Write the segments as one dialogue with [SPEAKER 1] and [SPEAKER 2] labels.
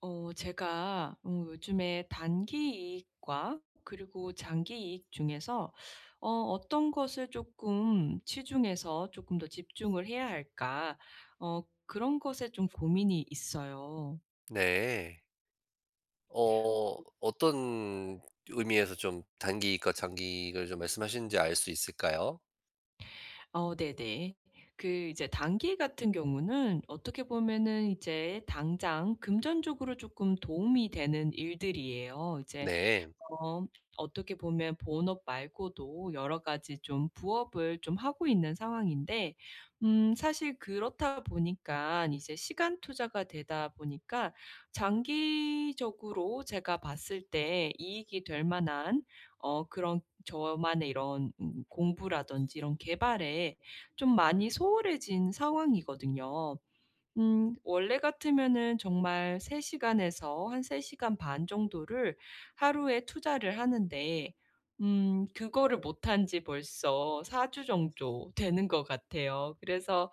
[SPEAKER 1] 제가 요즘에 단기 이익과 그리고 장기 이익 중에서 '어떤 것을 조금 치중해서 조금 더 집중을 해야 할까?' 그런 것에 좀 고민이 있어요.
[SPEAKER 2] 네. 어 어떤 의미에서 좀 단기익과 장기익을 좀 말씀하시는지 알 수 있을까요?
[SPEAKER 1] 네네. 그 이제 단기 같은 경우는 어떻게 보면은 이제 당장 금전적으로 조금 도움이 되는 일들이에요. 이제
[SPEAKER 2] 네.
[SPEAKER 1] 어 어떻게 보면 본업 말고도 여러 가지 좀 부업을 좀 하고 있는 상황인데 사실 그렇다 보니까 이제 시간 투자가 되다 보니까 장기적으로 제가 봤을 때 이익이 될 만한 그런 저만의 이런 공부라든지 이런 개발에 좀 많이 소홀해진 상황이거든요. 원래 같으면은 정말 3 시간에서 한 3 시간 반 정도를 하루에 투자를 하는데 그거를 못한 지 벌써 4주 정도 되는 것 같아요. 그래서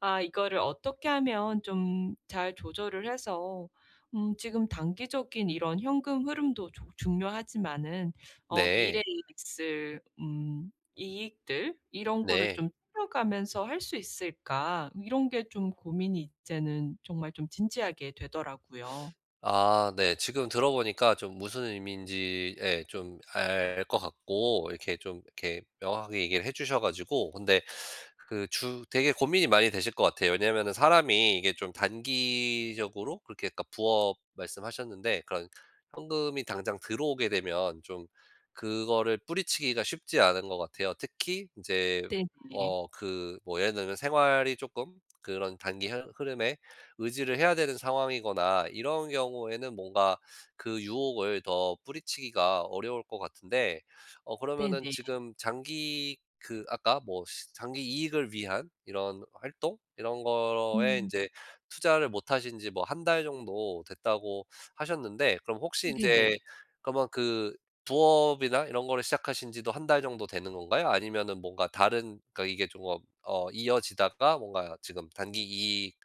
[SPEAKER 1] 아, 이거를 어떻게 하면 좀 잘 조절을 해서 지금 단기적인 이런 현금 흐름도 조 중요하지만은
[SPEAKER 2] 네.
[SPEAKER 1] 미래에 있을 이익들 이런 거를
[SPEAKER 2] 네.
[SPEAKER 1] 좀 풀어가면서 할 수 있을까? 이런 게 좀 고민이 이제는 정말 좀 진지하게 되더라고요.
[SPEAKER 2] 아 네. 지금 들어보니까 좀 무슨 의미인지, 예, 좀 알 것 같고, 이렇게 좀 이렇게 명확하게 얘기를 해 주셔 가지고. 근데 그 주 되게 고민이 많이 되실 것 같아요. 왜냐면은 사람이 이게 좀 단기적으로, 그렇게 아까 부업 말씀하셨는데, 그런 현금이 당장 들어오게 되면 좀 그거를 뿌리치기가 쉽지 않은 것 같아요. 특히 이제
[SPEAKER 1] 네네.
[SPEAKER 2] 그 뭐 예를 들면 생활이 조금 그런 단기 흐 흐름에 의지를 해야 되는 상황이거나 이런 경우에는 뭔가 그 유혹을 더 뿌리치기가 어려울 것 같은데. 그러면은
[SPEAKER 1] 네네.
[SPEAKER 2] 지금 장기 그 아까 뭐 시 장기 이익을 위한 이런 활동 이런 거에 이
[SPEAKER 1] 음.
[SPEAKER 2] 제 투자를 못 하신 지 뭐 한 달 정도 됐다고 하셨는데, 그럼 혹시 이
[SPEAKER 1] 네네.
[SPEAKER 2] 제 그러면 그 부업이나 이런 거를 시작하신 지도 한 달 정도 되는 건가요? 아니면은 뭔가 다른, 그러니까 이게 좀 어 이어지다가 뭔가 지금 단기 이익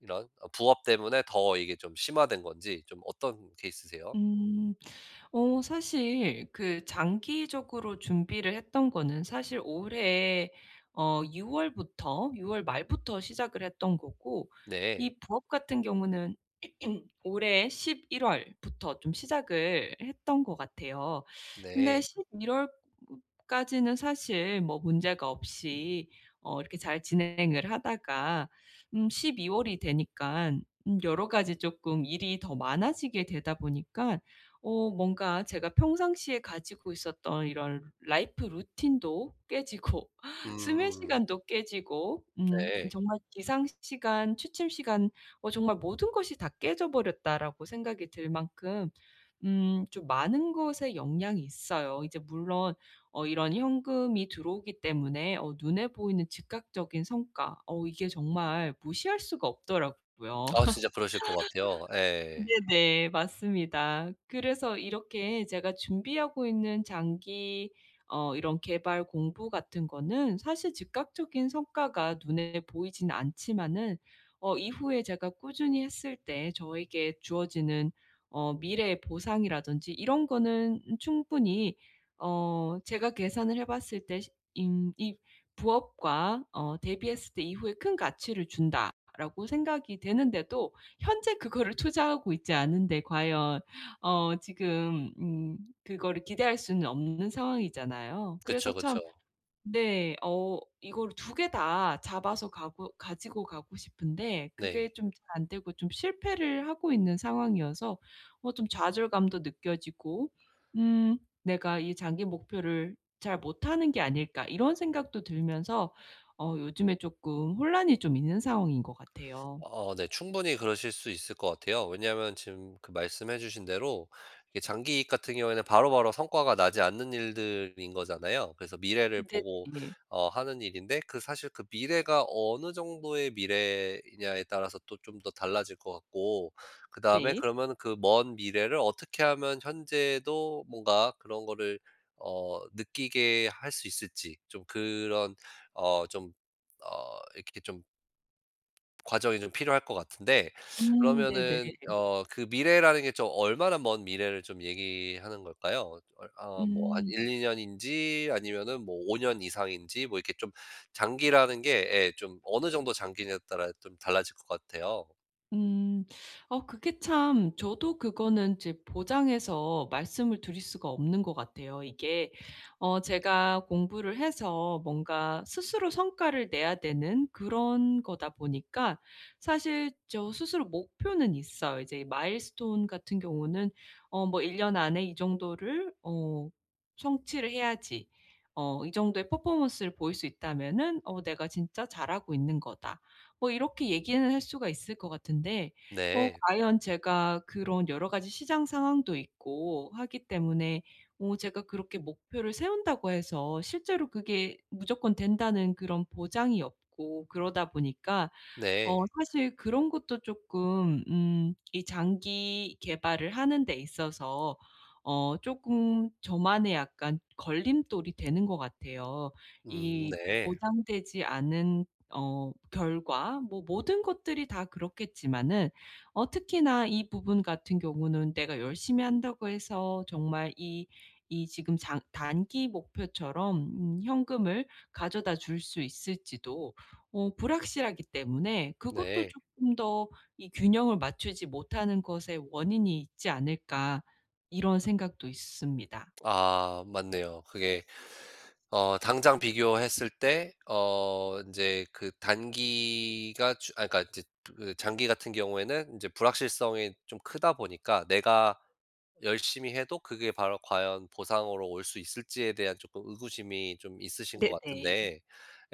[SPEAKER 2] 이런 부업 때문에 더 이게 좀 심화된 건지, 좀 어떤 케이스세요?
[SPEAKER 1] 음. 사실 그 장기적으로 준비를 했던 거는 사실 올해 6 월부터 6월 말부터 시작을 했던 거고
[SPEAKER 2] 네.
[SPEAKER 1] 이 부업 같은 경우는 올해 11 월부터 좀 시작을 했던 것 같아요. 근데
[SPEAKER 2] 네.
[SPEAKER 1] 11월 까지는 사실 뭐 문제가 없이 이렇게 잘 진행을 하다가 12 월이 되니까 여러 가지 조금 일이 더 많아지게 되다 보니까 뭔가 제가 평상시에 가지고 있었던 이런 라이프 루틴도 깨지고 수면
[SPEAKER 2] 음.
[SPEAKER 1] 시간도 깨지고
[SPEAKER 2] 네.
[SPEAKER 1] 정말 기상 시간, 취침 시간 정말 '모든 것이 다 깨져 버렸다.'라고 생각이 들 만큼 좀 많은 것에 영향이 있어요. 이제 물론 이런 현금이 들어오기 때문에 눈에 보이는 즉각적인 성과, 이게 정말 무시할 수가 없더라고요.
[SPEAKER 2] 아 진짜 그러실 것 같아요. 예.
[SPEAKER 1] 네네. 맞습니다. 그래서 이렇게 제가 준비하고 있는 장기 이런 개발 공부 같은 거는 사실 즉각적인 성과가 눈에 보이진 않지만은 이후에 제가 꾸준히 했을 때 저에게 주어지는 미래의 보상이라든지 이런 거는 충분히 제가 계산을 해 봤을 때 시 임 이 '부업과 대비했을 때 이후에 큰 가치를 준다.'라고 생각이 되는데도 현재 그거를 투자하고 있지 않은데 과연 지금 그거를 기대할 수는 없는 상황이잖아요.
[SPEAKER 2] 그쵸,
[SPEAKER 1] 그래서
[SPEAKER 2] 그쵸.
[SPEAKER 1] 참 네, 이걸 두 개 다 잡아서 가고 가지고 가고 싶은데 그게
[SPEAKER 2] 네.
[SPEAKER 1] 좀 잘 안 되고 좀 실패를 하고 있는 상황이어서 좀 좌절감도 느껴지고 '음 내가 이 장기 목표를 잘 못하는 게 아닐까.' 이런 생각도 들면서 요즘에 쪼끔 혼란이 좀 있는 상황인 것 같아요.
[SPEAKER 2] 네. 충분히 그러실 수 있을 것 같아요. 왜냐하면 지금 그 말씀해 주신 대로 이게 장기이익 같은 경우에는 바로바로 성과가 나지 않는 일들인 거잖아요. 그래서 미래를 보고
[SPEAKER 1] 네네.
[SPEAKER 2] 하는 일인데, 그 사실 그 미래가 어느 정도의 미래이냐에 따라서 또 좀 더 달라질 것 같고, 그다음에
[SPEAKER 1] 네.
[SPEAKER 2] 그러면 그 먼 미래를 어떻게 하면 현재도 뭔가 그런 거를 느끼게 할 수 있을지, 좀 그런 좀 이렇게 좀 과정이 좀 필요할 것 같은데,
[SPEAKER 1] 음, 네네.
[SPEAKER 2] 그러면은 그 미래라는 게 좀 얼마나 먼 미래를 좀 얘기하는 걸까요? 얼 뭐 한
[SPEAKER 1] 음.
[SPEAKER 2] 1-2 년인지 아니면은 뭐 5년 이상인지 뭐 이렇게 좀, 장기라는 게, 예, 좀 어느 정도 장기냐에 따라 좀 달라질 것 같아요.
[SPEAKER 1] 음. 그게 참 저도 그거는 이제 보장해서 말씀을 드릴 수가 없는 것 같아요. 이게 제가 공부를 해서 뭔가 스스로 성과를 내야 되는 그런 거다 보니까 사실 저 스스로 목표는 있어요. 이제 마일스톤 같은 경우는 뭐 1 년 안에 이 정도를 성취를 해야지, 이 정도의 퍼포먼스를 보일 수 있다면은 '내가 진짜 잘하고 있는 거다.' 뭐 이렇게 얘기는 할 수가 있을 것 같은데
[SPEAKER 2] 네.
[SPEAKER 1] 과연 제가 그런 여러 가지 시장 상황도 있고 하기 때문에 제가 그렇게 목표를 세운다고 해서 실제로 그게 무조건 된다는 그런 보장이 없고, 그러다 보니까
[SPEAKER 2] 네.
[SPEAKER 1] 사실 그런 것도 조금 이 장기 개발을 하는 데 있어서 쪼끔 저만의 약간 걸림돌이 되는 것 같아요. 이
[SPEAKER 2] 네.
[SPEAKER 1] 보장되지 않은 결과, 뭐 모든 것들이 다 그렇겠지만은 특히나 이 부분 같은 경우는 내가 열심히 한다고 해서 정말 이 지금 장 단기 목표처럼 현금을 가져다 줄 수 있을지도 불확실하기 때문에, 그것도
[SPEAKER 2] 네.
[SPEAKER 1] 쪼끔 더 이 '균형을 맞추지 못하는 것의 원인이 있지 않을까.' 이런 생각도 있습니다.
[SPEAKER 2] 아 맞네요. 그게 당장 비교했을 때 이제 그 단기가 주 아 그러니까 이제 그 장기 같은 경우에는 이제 불확실성이 좀 크다 보니까 내가 열심히 해도 그게 바로 과연 보상으로 올 수 있을지에 대한 조금 의구심이 좀 있으신 것
[SPEAKER 1] 네네.
[SPEAKER 2] 같은데.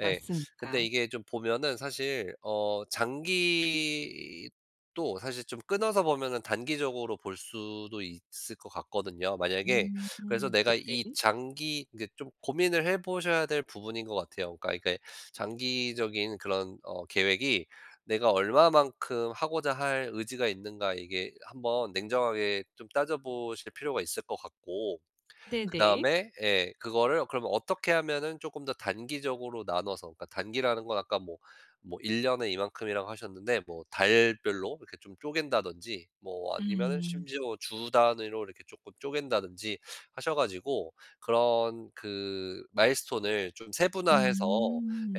[SPEAKER 2] 예. 근데 이게 좀 보면은 사실 장기도 사실 좀 끊어서 보면은 단기적으로 볼 수도 있을 것 같거든요. 만약에
[SPEAKER 1] 음.
[SPEAKER 2] 그래서 내가 이
[SPEAKER 1] 네네.
[SPEAKER 2] 장기 이게 좀 고민을 해 보셔야 될 부분인 것 같아요. 그러니까 이게 장기적인 그런 계획이 내가 얼마만큼 하고자 할 의지가 있는가, 이게 한번 냉정하게 좀 따져 보실 필요가 있을 것 같고.
[SPEAKER 1] 네네.
[SPEAKER 2] 그다음에, 예, 그거를 그러면 어떻게 하면은 조금 더 단기적으로 나눠서, 그러니까 단기라는 건 아까 뭐 1년 년에 이만큼이라고 하셨는데, 뭐 달별로 이렇게 좀 쪼갠다든지, 뭐 아니면은
[SPEAKER 1] 음.
[SPEAKER 2] 심지어 주 단위로 이렇게 쪼금 쪼갠다든지 하셔 가지고 그런 그 마일스톤을 좀 세분화해서,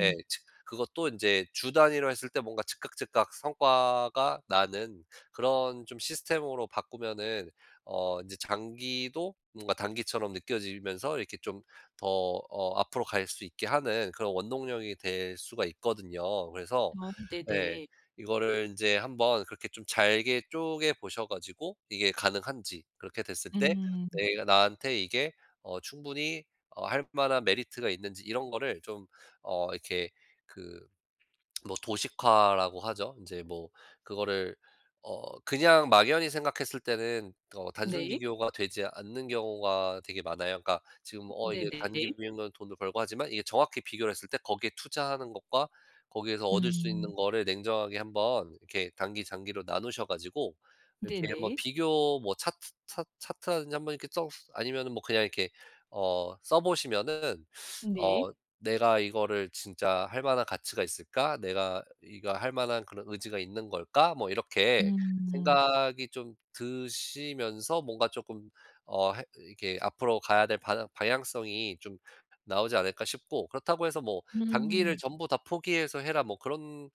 [SPEAKER 2] 예, 즉 그것도 이제 주 단위로 했을 때 뭔가 즉각즉각 성과가 나는 그런 좀 시스템으로 바꾸면은 이제 장기도 뭔가 단기처럼 느껴지면서 이렇게 좀 더 앞으로 갈 수 있게 하는 그런 원동력이 될 수가 있거든요. 그래서 예.
[SPEAKER 1] 네네.
[SPEAKER 2] 이거를 이제 한번 그렇게 좀 잘게 쪼개 보셔 가지고 이게 가능한지, 그렇게 됐을 때
[SPEAKER 1] 음.
[SPEAKER 2] 내가 나한테 이게 충분히 할 만한 메리트가 있는지 이런 거를 좀 이렇게 그 뭐 도식화라고 하죠. 이제 뭐 그거를 그냥 막연히 생각했을 때는 단순
[SPEAKER 1] 네.
[SPEAKER 2] 비교가 되지 않는 경우가 되게 많아요. 그러니까 지금 이게
[SPEAKER 1] 네네.
[SPEAKER 2] 단기 비행으 돈을 벌고 하지만, 이게 정확히 비교를 했을 때 거기에 투자하는 것과 거기에서 얻을 수
[SPEAKER 1] 음.
[SPEAKER 2] 있는 거를 냉정하게 한번 이렇게 단기, 장기로 나누셔 가지고 이렇게 한번
[SPEAKER 1] 네네.
[SPEAKER 2] 비교 뭐 차트 차 차트라든지 한번 이렇게 써, 아니면은 뭐 그냥 이렇게 써 보시면은
[SPEAKER 1] 네.
[SPEAKER 2] 어 '내가 이거를 진짜 할 만한 가치가 있을까? 내가 이거 할 만한 그런 의지가 있는 걸까?' 뭐 이렇게
[SPEAKER 1] 음.
[SPEAKER 2] 생각이 좀 드시면서 뭔가 조금 해 이렇게 '앞으로 가야 될 방 방향성이 좀 나오지 않을까?' 싶고. 그렇다고 해서 뭐 '단기를
[SPEAKER 1] 음.
[SPEAKER 2] 전부 다 포기해서 해라.' 뭐 그런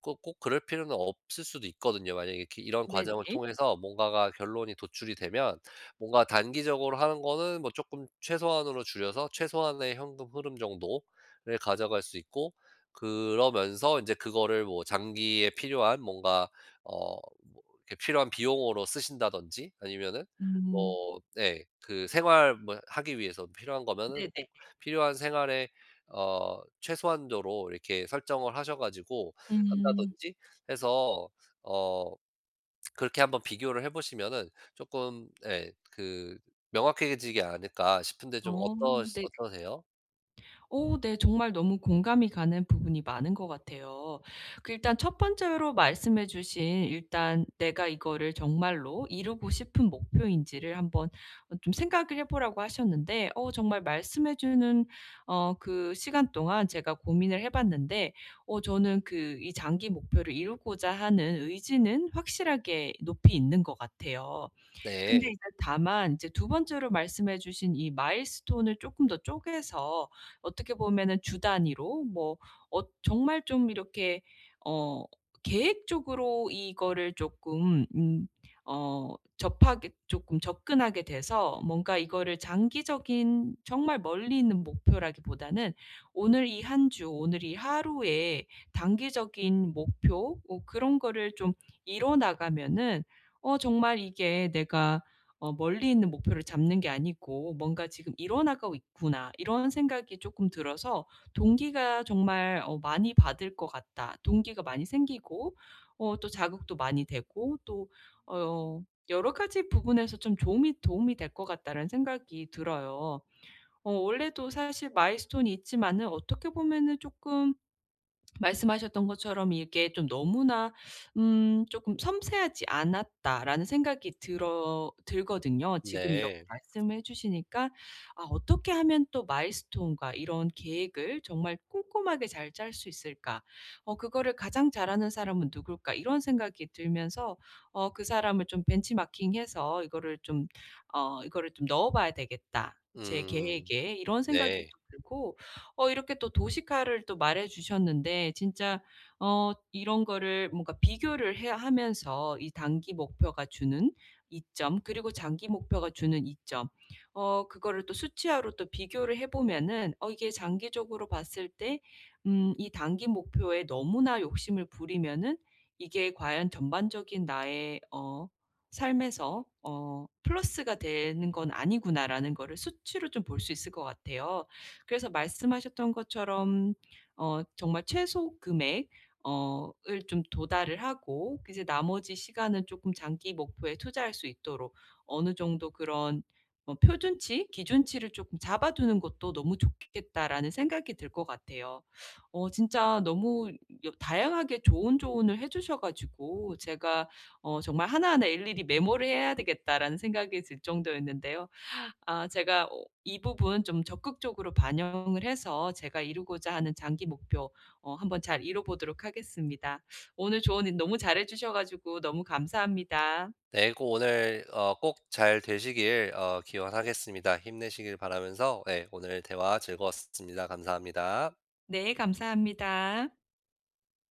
[SPEAKER 2] 꼭 그럴 필요는 없을 수도 있거든요. 만약에 이렇게 이런 과정을
[SPEAKER 1] 네네.
[SPEAKER 2] 통해서 뭔가가 결론이 도출이 되면, 뭔가 단기적으로 하는 거는 뭐 조금 최소한으로 줄여서 최소한의 현금 흐름 정도를 가져갈 수 있고, 그러면서 이제 그거를 뭐 장기에 필요한 뭔가 어뭐 이렇게 필요한 비용으로 쓰신다든지, 아니면은
[SPEAKER 1] 음.
[SPEAKER 2] 뭐 네 그 생활 뭐 하기 위해서 필요한 거면은 꼭
[SPEAKER 1] 네네.
[SPEAKER 2] 필요한 생활에 최소한도로 이렇게 설정을 하셔 가지고
[SPEAKER 1] 음.
[SPEAKER 2] 한다든지 해서 어 그렇게 한번 비교를 해 보시면은 조금, 예, 그 명확해지지 않을까 싶은데, 좀
[SPEAKER 1] 어 네.
[SPEAKER 2] 어떠세요?
[SPEAKER 1] 오, 네. 정말 너무 공감이 가는 부분이 많은 것 같아요. 그 일단 첫 번째로 말씀해 주신, 일단 내가 이거를 정말로 이루고 싶은 목표인지를 한번 좀 생각을 해 보라고 하셨는데, 정말 말씀해 주는 그 시간 동안 제가 고민을 해 봤는데, 저는 그 이 장기 목표를 이루고자 하는 의지는 확실하게 높이 있는 것 같아요. 근데
[SPEAKER 2] 네.
[SPEAKER 1] 이제 다만 이제 두 번째로 말씀해 주신 이 마일스톤을 쪼끔 더 쪼개서 어떻게 보면은 주 단위로 뭐 정말 좀 이렇게 어 계획적으로 이거를 쪼끔 접하게 쪼끔 접근하게 돼서, 뭔가 이거를 장기적인 정말 멀리 있는 목표라기보다는 오늘 이 한 주, 오늘 이 하루에 단기적인 목표 뭐 그런 거를 좀 이뤄 나가면은 정말 이게 내가 멀리 있는 목표를 잡는 게 아니고 '뭔가 지금 일어나가고 있구나.' 이런 생각이 조금 들어서 동기가 정말 많이 받을 것 같다. 동기가 많이 생기고 또 자극도 많이 되고, 또 어 여러 가지 부분에서 좀 도움이 될 것 같다는 생각이 들어요. 원래도 사실 마일스톤이 있지만은 어떻게 보면은 조금 말씀하셨던 것처럼 이게 좀 너무나 조금 '섬세하지 않았다.'라는 생각이 들어 들거든요. 지금 이렇게
[SPEAKER 2] 네.
[SPEAKER 1] 말씀을 해 주시니까 아, 어떻게 하면 또 마일스톤과 이런 계획을 정말 꼼꼼하게 잘 짤 수 있을까? '그거를 가장 잘하는 사람은 누굴까?' 이런 생각이 들면서 그 사람을 좀 벤치마킹해서 이거를 좀 '이거를 좀 넣어 봐야 되겠다, 제
[SPEAKER 2] 음.
[SPEAKER 1] 계획에.' 이런 생각이 또
[SPEAKER 2] 네.
[SPEAKER 1] 들고, 이렇게 또 도시카를 또 말해 주셨는데, 진짜 이런 거를 뭔가 비교를 해 하면서 이 단기 목표가 주는 이점, 그리고 장기 목표가 주는 이점, 그거를 또 수치화로 또 비교를 해 보면은 이게 장기적으로 봤을 때 이 단기 목표에 너무나 욕심을 부리면은 이게 과연 전반적인 나의 삶에서 '플러스가 되는 건 아니구나.'라는 거를 수치로 좀 볼 수 있을 것 같아요. 그래서 말씀하셨던 것처럼 정말 최소 금액 어을 좀 도달을 하고 이제 나머지 시간은 조금 장기 목표에 투자할 수 있도록 어느 정도 그런 표준치, 기준치를 조금 잡아 두는 것도 너무 좋겠다라는 생각이 들 것 같아요. 진짜 너무 여 다양하게 좋은 조언을 해 주셔 가지고 제가 정말 하나하나 일일이 메모를 해야 되겠다라는 생각이 들 정도였는데요. 아, 제가 이 부분 좀 적극적으로 반영을 해서 제가 이루고자 하는 장기 목표 한번 잘 이뤄 보도록 하겠습니다. 오늘 조언 너무 잘해 주셔 가지고 너무 감사합니다.
[SPEAKER 2] 네. 꼭 오늘 꼭 잘 되시길 기원하겠습니다. 힘내시길 바라면서, 예, 오늘 대화 즐거웠습니다. 감사합니다.
[SPEAKER 1] 네, 감사합니다.